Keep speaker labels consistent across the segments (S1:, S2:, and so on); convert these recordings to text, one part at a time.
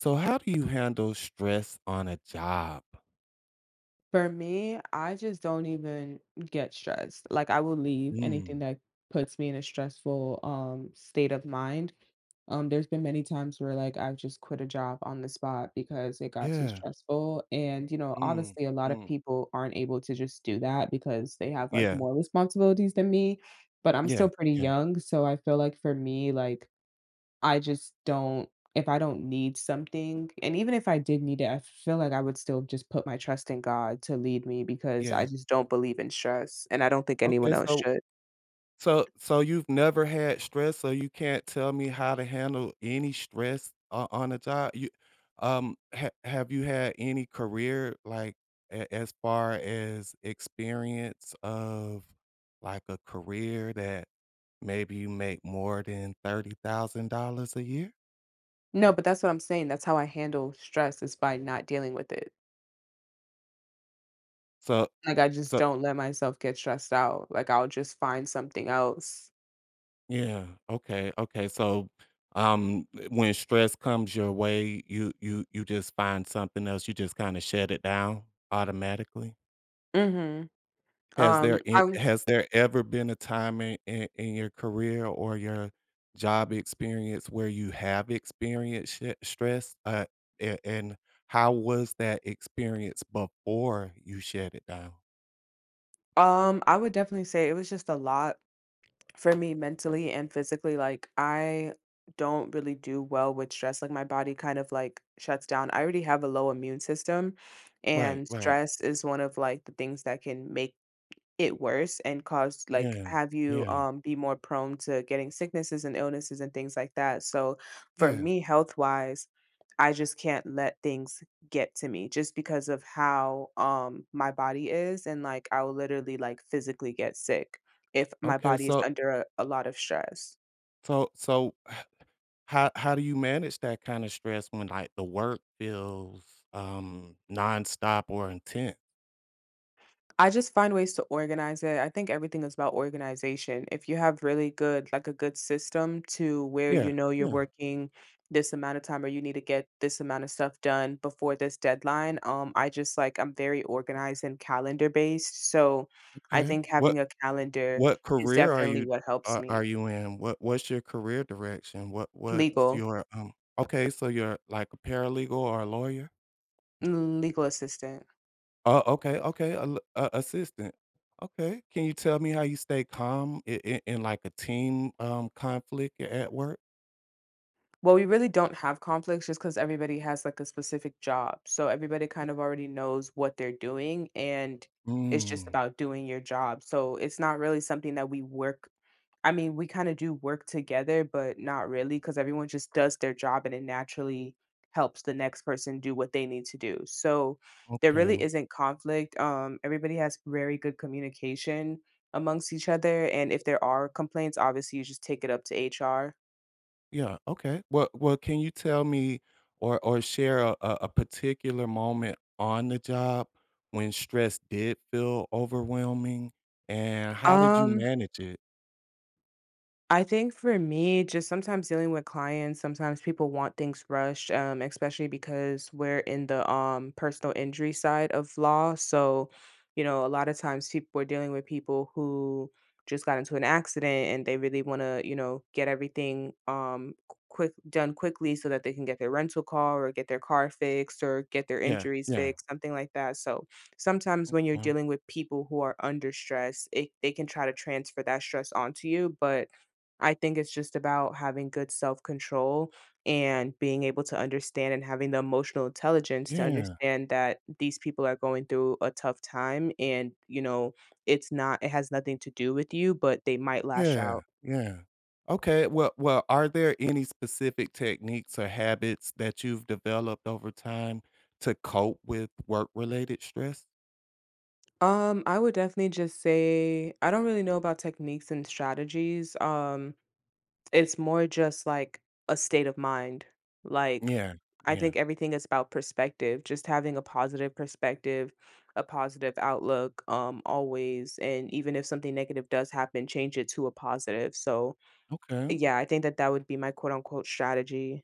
S1: So how do you handle stress on a job?
S2: For me, I just don't even get stressed. Like, I will leave anything
S1: Mm,
S2: that puts me in a stressful state of mind. There's been many times where like I've just quit a job on the spot because it got too
S1: yeah,
S2: stressful and, you know,
S1: mm,
S2: obviously a lot of
S1: mm.
S2: people aren't able to just do that because they have like
S1: Yeah,
S2: more responsibilities than me, but I'm
S1: yeah,
S2: still pretty
S1: yeah,
S2: young, so I feel like for me, like I just don't, if I don't need something, and even if I did need it, I feel like I would still just put my trust in God to lead me, because I
S1: yeah.
S2: just don't believe in stress, and I don't think anyone
S1: Okay,
S2: else
S1: so
S2: should.
S1: so so you've never had stress, so you can't tell me how to handle any stress o on a job? You ha have you had any career, like, a as far as experience of, like, a career that maybe you make more than $30,000 a year?
S2: No, but that's what I'm saying, that's how I handle stress, is by not dealing with it.
S1: So
S2: Like, I just
S1: so
S2: don't let myself get stressed out, like, I'll just find something else.
S1: Yeah. Okay. Okay. So, when stress comes your way, you just find something else. You just kind of shut it down automatically.
S2: Mhm. Um, I w
S1: Has there ever been a time in, in your career or your job experience where you have experienced stress? And how was that experience before you shut it down?
S2: I would definitely say it was just a lot for me mentally and physically, like, I don't really do well with stress, like, my body kind of, like, shuts down. I already have a low immune system,
S1: Right.
S2: and
S1: Right.
S2: stress is one of, like, the things that can make it worse and cause like
S1: Yeah.
S2: have you
S1: Yeah.
S2: be more prone to getting sicknesses and illnesses and things like that. So for
S1: Yeah.
S2: me health wise, I just can't let things get to me just because of how my body is, and like I'll literally like physically get sick if my
S1: Okay.
S2: body is
S1: So
S2: under a lot of stress.
S1: so so how do you manage that kind of stress when, like, the work feels, nonstop or intense?
S2: I just find ways to organize it. I think everything is about organization. If you have really good, like a good system to where
S1: Yeah,
S2: you know you're
S1: yeah,
S2: working this amount of time, or you need to get this amount of stuff done before this deadline, I just like, I'm very organized and calendar based. So I
S1: okay.
S2: think
S1: What
S2: having a calendar
S1: what
S2: is
S1: career are
S2: definitely
S1: you
S2: what helps
S1: are
S2: me.
S1: you in? What's your career direction? What's
S2: Legal,
S1: your, okay, so you're like a paralegal or a lawyer?
S2: legal assistant.
S1: Oh, okay, okay, a assistant. Okay. Can you tell me how you stay calm I in, like, a team, conflict at work?
S2: Well, we really don't have conflicts just because everybody has like a specific job. So everybody kind of already knows what they're doing, and it's just
S1: Mm,
S2: about doing your job. So it's not really something that we work. I mean, we kind of do work together, but not really, because everyone just does their job and it naturally helps the next person do what they need to do. So there really
S1: okay.
S2: isn't conflict. Everybody has very good communication amongst each other. And if there are complaints, obviously you just take it up to HR.
S1: Yeah, okay. Well, can you tell me or share a particular moment on the job when stress did feel overwhelming, and how did you
S2: Um,
S1: manage it?
S2: I think for me, just sometimes dealing with clients, sometimes people want things rushed, especially because we're in the personal injury side of law. So, you know, a lot of times people are dealing with people who just got into an accident and they really want to, you know, get everything quick done quickly so that they can get their rental car or get their car fixed or get their
S1: Yeah,
S2: injuries
S1: yeah,
S2: fixed, something like that. So sometimes when you're
S1: uh,
S2: dealing with people who are under stress, they can try to transfer that stress onto you, but I think it's just about having good self control and being able to understand, and having the emotional intelligence to
S1: yeah,
S2: understand that these people are going through a tough time and, you know, it's not, it has nothing to do with you, but they might lash
S1: yeah,
S2: out.
S1: yeah. Okay, well, are there any specific techniques or habits that you've developed over time to cope with work-related stress?
S2: I would definitely just say I don't really know about techniques and strategies. It's more just like a state of mind. Like,
S1: Yeah,
S2: I
S1: yeah.
S2: think everything is about perspective, just having a positive perspective, a positive outlook, always. And even if something negative does happen, change it to a positive. So,
S1: Okay.
S2: yeah, I think that that would be my quote unquote strategy.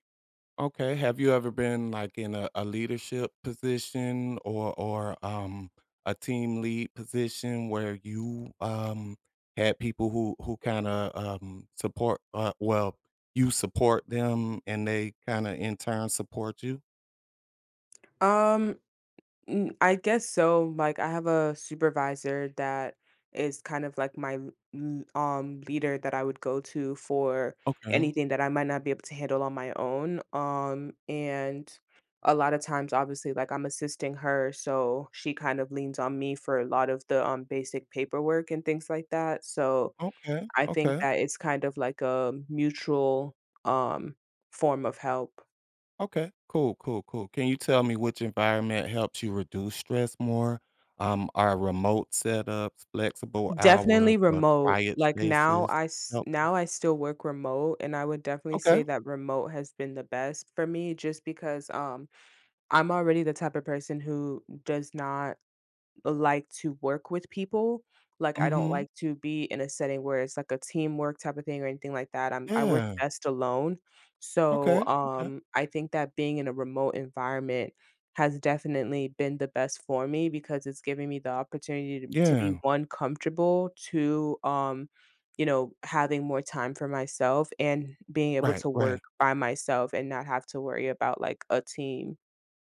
S1: Okay. Have you ever been like in a leadership position or a team lead position where you had people who kind of support well you support them and they kind of in turn support you?
S2: Um, Mm, I guess so. Like I have a supervisor that is kind of like my leader that I would go to for
S1: Okay.
S2: anything that I might not be able to handle on my own. And a lot of times obviously like I'm assisting her, so she kind of leans on me for a lot of the basic paperwork and things like that. So
S1: Okay.
S2: I think
S1: Okay.
S2: that it's kind of like a mutual um form of help.
S1: Okay. Cool, cool, cool. Can you tell me which environment helps you reduce stress more? Are remote setups, flexible
S2: Definitely
S1: hours, or
S2: remote.
S1: quiet spaces? Help.
S2: Now I still work remote, and I would definitely say
S1: Okay.
S2: that remote has been the best for me just because I'm already the type of person who does not like to work with people. Like, I don't
S1: Mhm.
S2: like to be in a setting where it's like a teamwork type of thing or anything like that. I work
S1: Yeah.
S2: best alone. So,
S1: Okay, okay.
S2: I think that being in a remote environment has definitely been the best for me because it's giving me the opportunity to be
S1: Yeah.
S2: one comfortable, two you know, having more time for myself and being able
S1: Right,
S2: to work
S1: right.
S2: by myself and not have to worry about like a team.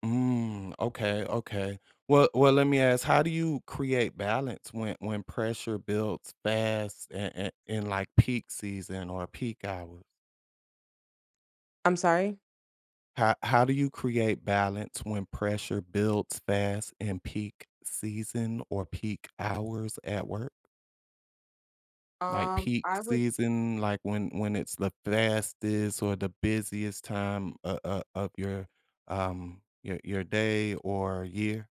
S1: Mm, okay, okay. Well, let me ask, how do you create balance when pressure builds fast in in, like, peak season or peak hours?
S2: I'm sorry.
S1: How do you create balance when pressure builds fast in peak season or peak hours at work? Like
S2: Um,
S1: peak
S2: I would
S1: season, like when it's the fastest or the busiest time o of your day or year?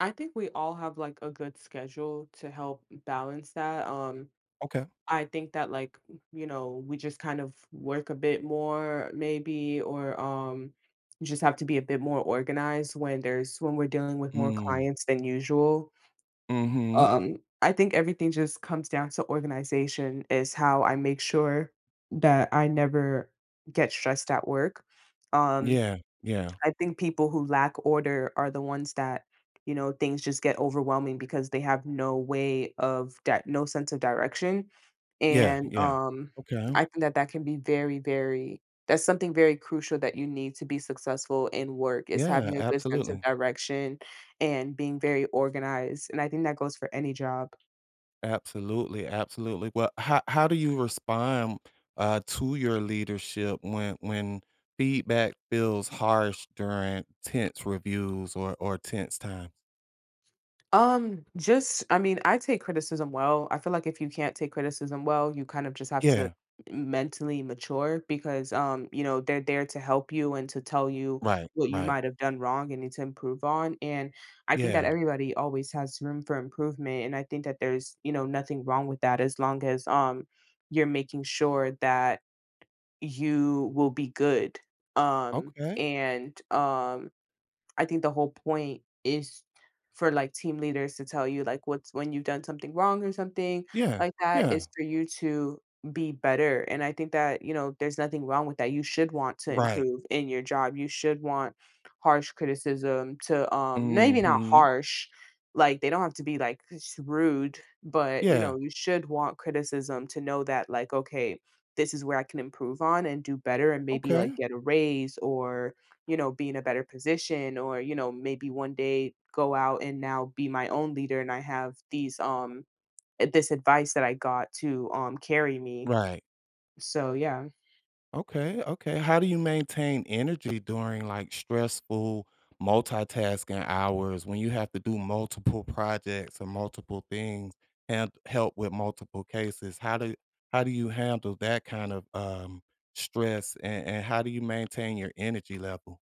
S2: I think we all have like a good schedule to help balance that.
S1: Okay.
S2: I think that like, you know, we just kind of work a bit more maybe, or just have to be a bit more organized when there's when we're dealing with more
S1: Mm.
S2: clients than usual.
S1: Mhm.
S2: I think everything just comes down to organization is how I make sure that I never get stressed at work. Um,
S1: Yeah, yeah,
S2: I think people who lack order are the ones that, you know, things just get overwhelming because they have no way of that, no sense of direction.
S1: yeah,
S2: And
S1: yeah. Okay.
S2: I think that that can be that's something very crucial that you need to be successful in work, is
S1: Yeah,
S2: having a good sense of
S1: absolutely.
S2: direction and being very organized. And I think that goes for any job.
S1: Absolutely, absolutely. Well, how do you respond, to your leadership when feedback feels harsh during tense reviews or tense times?
S2: Just I mean, I take criticism well. I feel like if you can't take criticism well, you kind of just have to
S1: Yeah.
S2: mentally mature because, you know, they're there to help you and to tell you
S1: Right,
S2: what you
S1: right.
S2: might have done wrong and need to improve on. And I think that
S1: Yeah.
S2: everybody always has room for improvement. And I think that there's, you know, nothing wrong with that as long as you're making sure that you will be good.
S1: Okay.
S2: And I think the whole point is for like team leaders to tell you like what's when you've done something wrong or something
S1: Yeah.
S2: like that,
S1: Yeah.
S2: is for you to be better. And I think that, you know, there's nothing wrong with that. You should want to
S1: Right.
S2: improve in your job. You should want harsh criticism to maybe not
S1: Mhm.
S2: harsh, like they don't have to be like rude, but you
S1: Yeah.
S2: know, you should want criticism to know that like okay, this is where I can improve on and do better, and maybe like
S1: Okay.
S2: get a raise, or you know, be in a better position, or, you know, maybe one day go out and now be my own leader, and I have these this advice that I got to carry me.
S1: Right.
S2: So yeah.
S1: Okay. Okay. How do you maintain energy during, like, stressful multitasking hours when you have to do multiple projects or multiple things and help with multiple cases? How do you handle that kind of, stress and how do you maintain your energy level?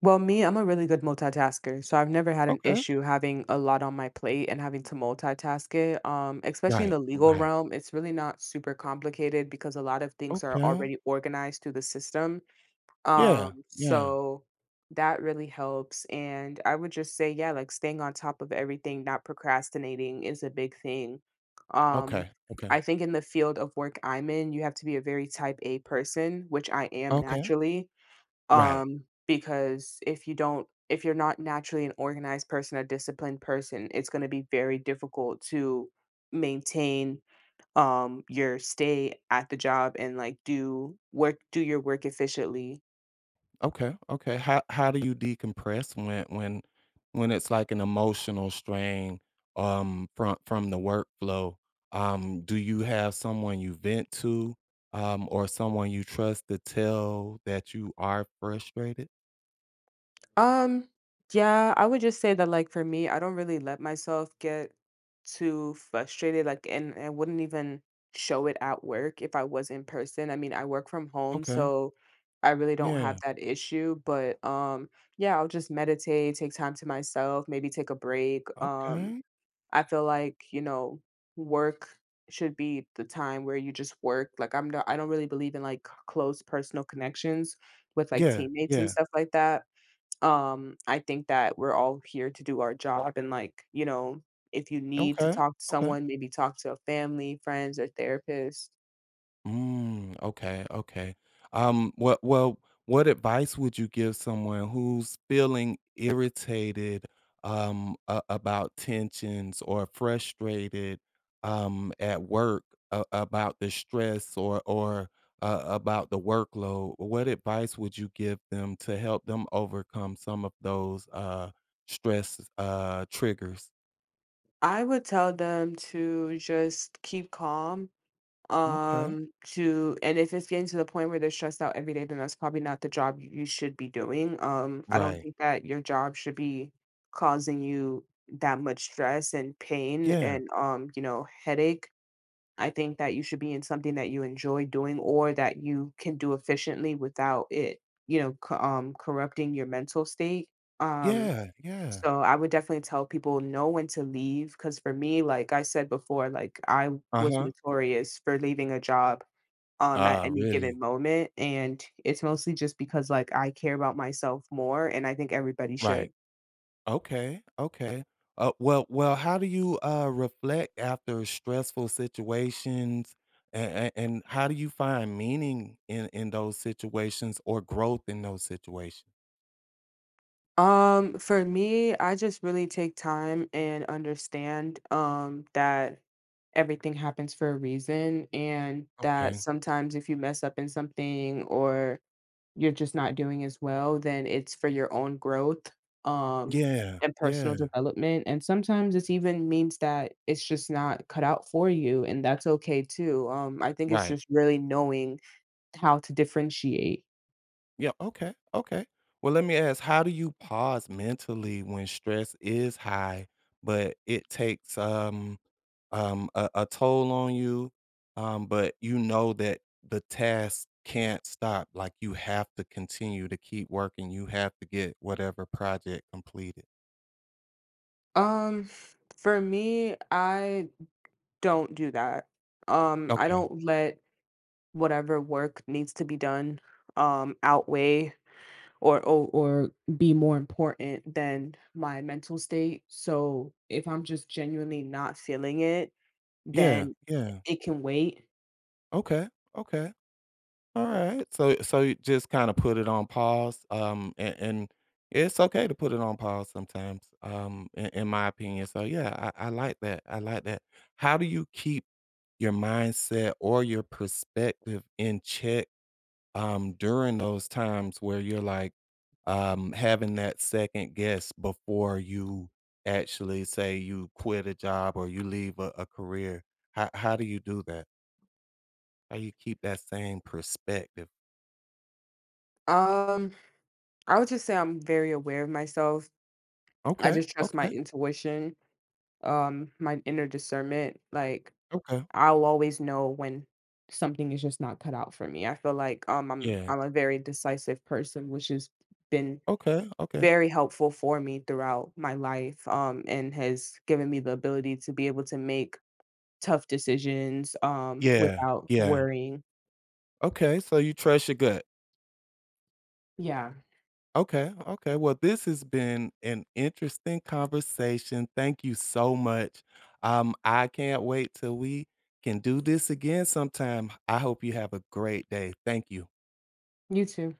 S2: Well, me, I'm a really good multitasker. So I've never had an
S1: Okay.
S2: issue having a lot on my plate and having to multitask it. Especially in
S1: Right.
S2: the legal
S1: Right.
S2: realm, it's really not super complicated because a lot of things are
S1: Okay.
S2: already organized through the system.
S1: Yeah. Yeah.
S2: So that really helps, and I would just say, yeah, like, staying on top of everything, not procrastinating is a big thing. Um,
S1: Okay. Okay.
S2: I think in the field of work I'm in, you have to be a very type A person, which I am
S1: Okay.
S2: naturally,
S1: Right.
S2: because if you're not naturally an organized person, a disciplined person, it's gonna be very difficult to maintain, your stay at the job and, like, do your work efficiently.
S1: Okay, okay. How do you decompress when when it's like an emotional strain from the workflow? Do you have someone you vent to, or someone you trust to tell that you are frustrated?
S2: Um, yeah, I would just say that like for me, I don't really let myself get too frustrated, like, and I wouldn't even show it at work if I was in person. I mean, I work from home,
S1: Okay.
S2: so I really don't have
S1: Yeah.
S2: that issue. But yeah, I'll just meditate, take time to myself, maybe take a break.
S1: Okay.
S2: I feel like, you know, work should be the time where you just work. Like I don't really believe in like close personal connections with like
S1: Yeah.
S2: teammates and
S1: Yeah.
S2: stuff like that. I think that we're all here to do our job and, like, you know, if you need to
S1: Okay.
S2: talk to
S1: Okay.
S2: someone, maybe talk to a family, friends, or therapist.
S1: Mm, okay, okay. Well, well, what advice would you give someone who's feeling irritated about tensions or frustrated at work about the stress or about the workload? What advice would you give them to help them overcome some of those stress triggers?
S2: I would tell them to just keep calm,
S1: Okay.
S2: to and if it's getting to the point where they're stressed out every day, then that's probably not the job you should be doing. I don't
S1: Right.
S2: think that your job should be causing you that much stress and pain
S1: Yeah.
S2: and, you know, headache. I think that you should be in something that you enjoy doing or that you can do efficiently without it, you know, corrupting your mental state. Um,
S1: Yeah. Yeah.
S2: so I would definitely tell people know when to leave, because for me, like I said before, like I
S1: Uh
S2: was
S1: huh.
S2: notorious for leaving a job at
S1: Ah,
S2: any given
S1: really?
S2: moment, and it's mostly just because like I care about myself more, and I think everybody
S1: Right.
S2: should.
S1: Okay, okay. Well, well, how do you reflect after stressful situations, and how do you find meaning in those situations or growth in those situations?
S2: For me, I just really take time and understand that everything happens for a reason, and that
S1: Okay.
S2: sometimes if you mess up in something or you're just not doing as well, then it's for your own growth um
S1: Yeah.
S2: and personal
S1: Yeah.
S2: development. And sometimes it's even means that it's just not cut out for you, and that's okay too. I think it's
S1: Right.
S2: just really knowing how to differentiate.
S1: Yeah. Okay. Okay. Well, let me ask: how do you pause mentally when stress is high, but it takes a toll on you, but you know that the task can't stop. Like you have to continue to keep working. You have to get whatever project completed.
S2: Um, for me, I Don't do that. I
S1: Okay.
S2: don't let whatever work needs to be done, outweigh or be more important than my mental state. So, if I'm just genuinely not feeling it,
S1: Yeah.
S2: then
S1: Yeah.
S2: it can wait.
S1: Okay. Okay. All right. So you just kind of put it on pause. And it's okay to put it on pause sometimes. In my opinion. So yeah, I like that. I like that. How do you keep your mindset or your perspective in check during those times where you're like having that second guess before you actually say you quit a job or you leave a career? How do you do that? How you keep that same perspective?
S2: Um, I would just say I'm very aware of myself. I
S1: Okay,
S2: just trust my
S1: okay,
S2: intuition, my inner discernment, like
S1: okay,
S2: I'll always know when something is just not cut out for me. I feel like
S1: yeah,
S2: I'm a very decisive person, which has been
S1: okay, okay,
S2: very helpful for me throughout my life, and has given me the ability to be able to make tough decisions
S1: yeah,
S2: without
S1: yeah,
S2: worrying.
S1: okay. So you trust your gut.
S2: Yeah.
S1: Okay, okay. Well, this has been an interesting conversation. Thank you so much. I can't wait till we can do this again sometime. I hope you have a great day. Thank you.
S2: You too.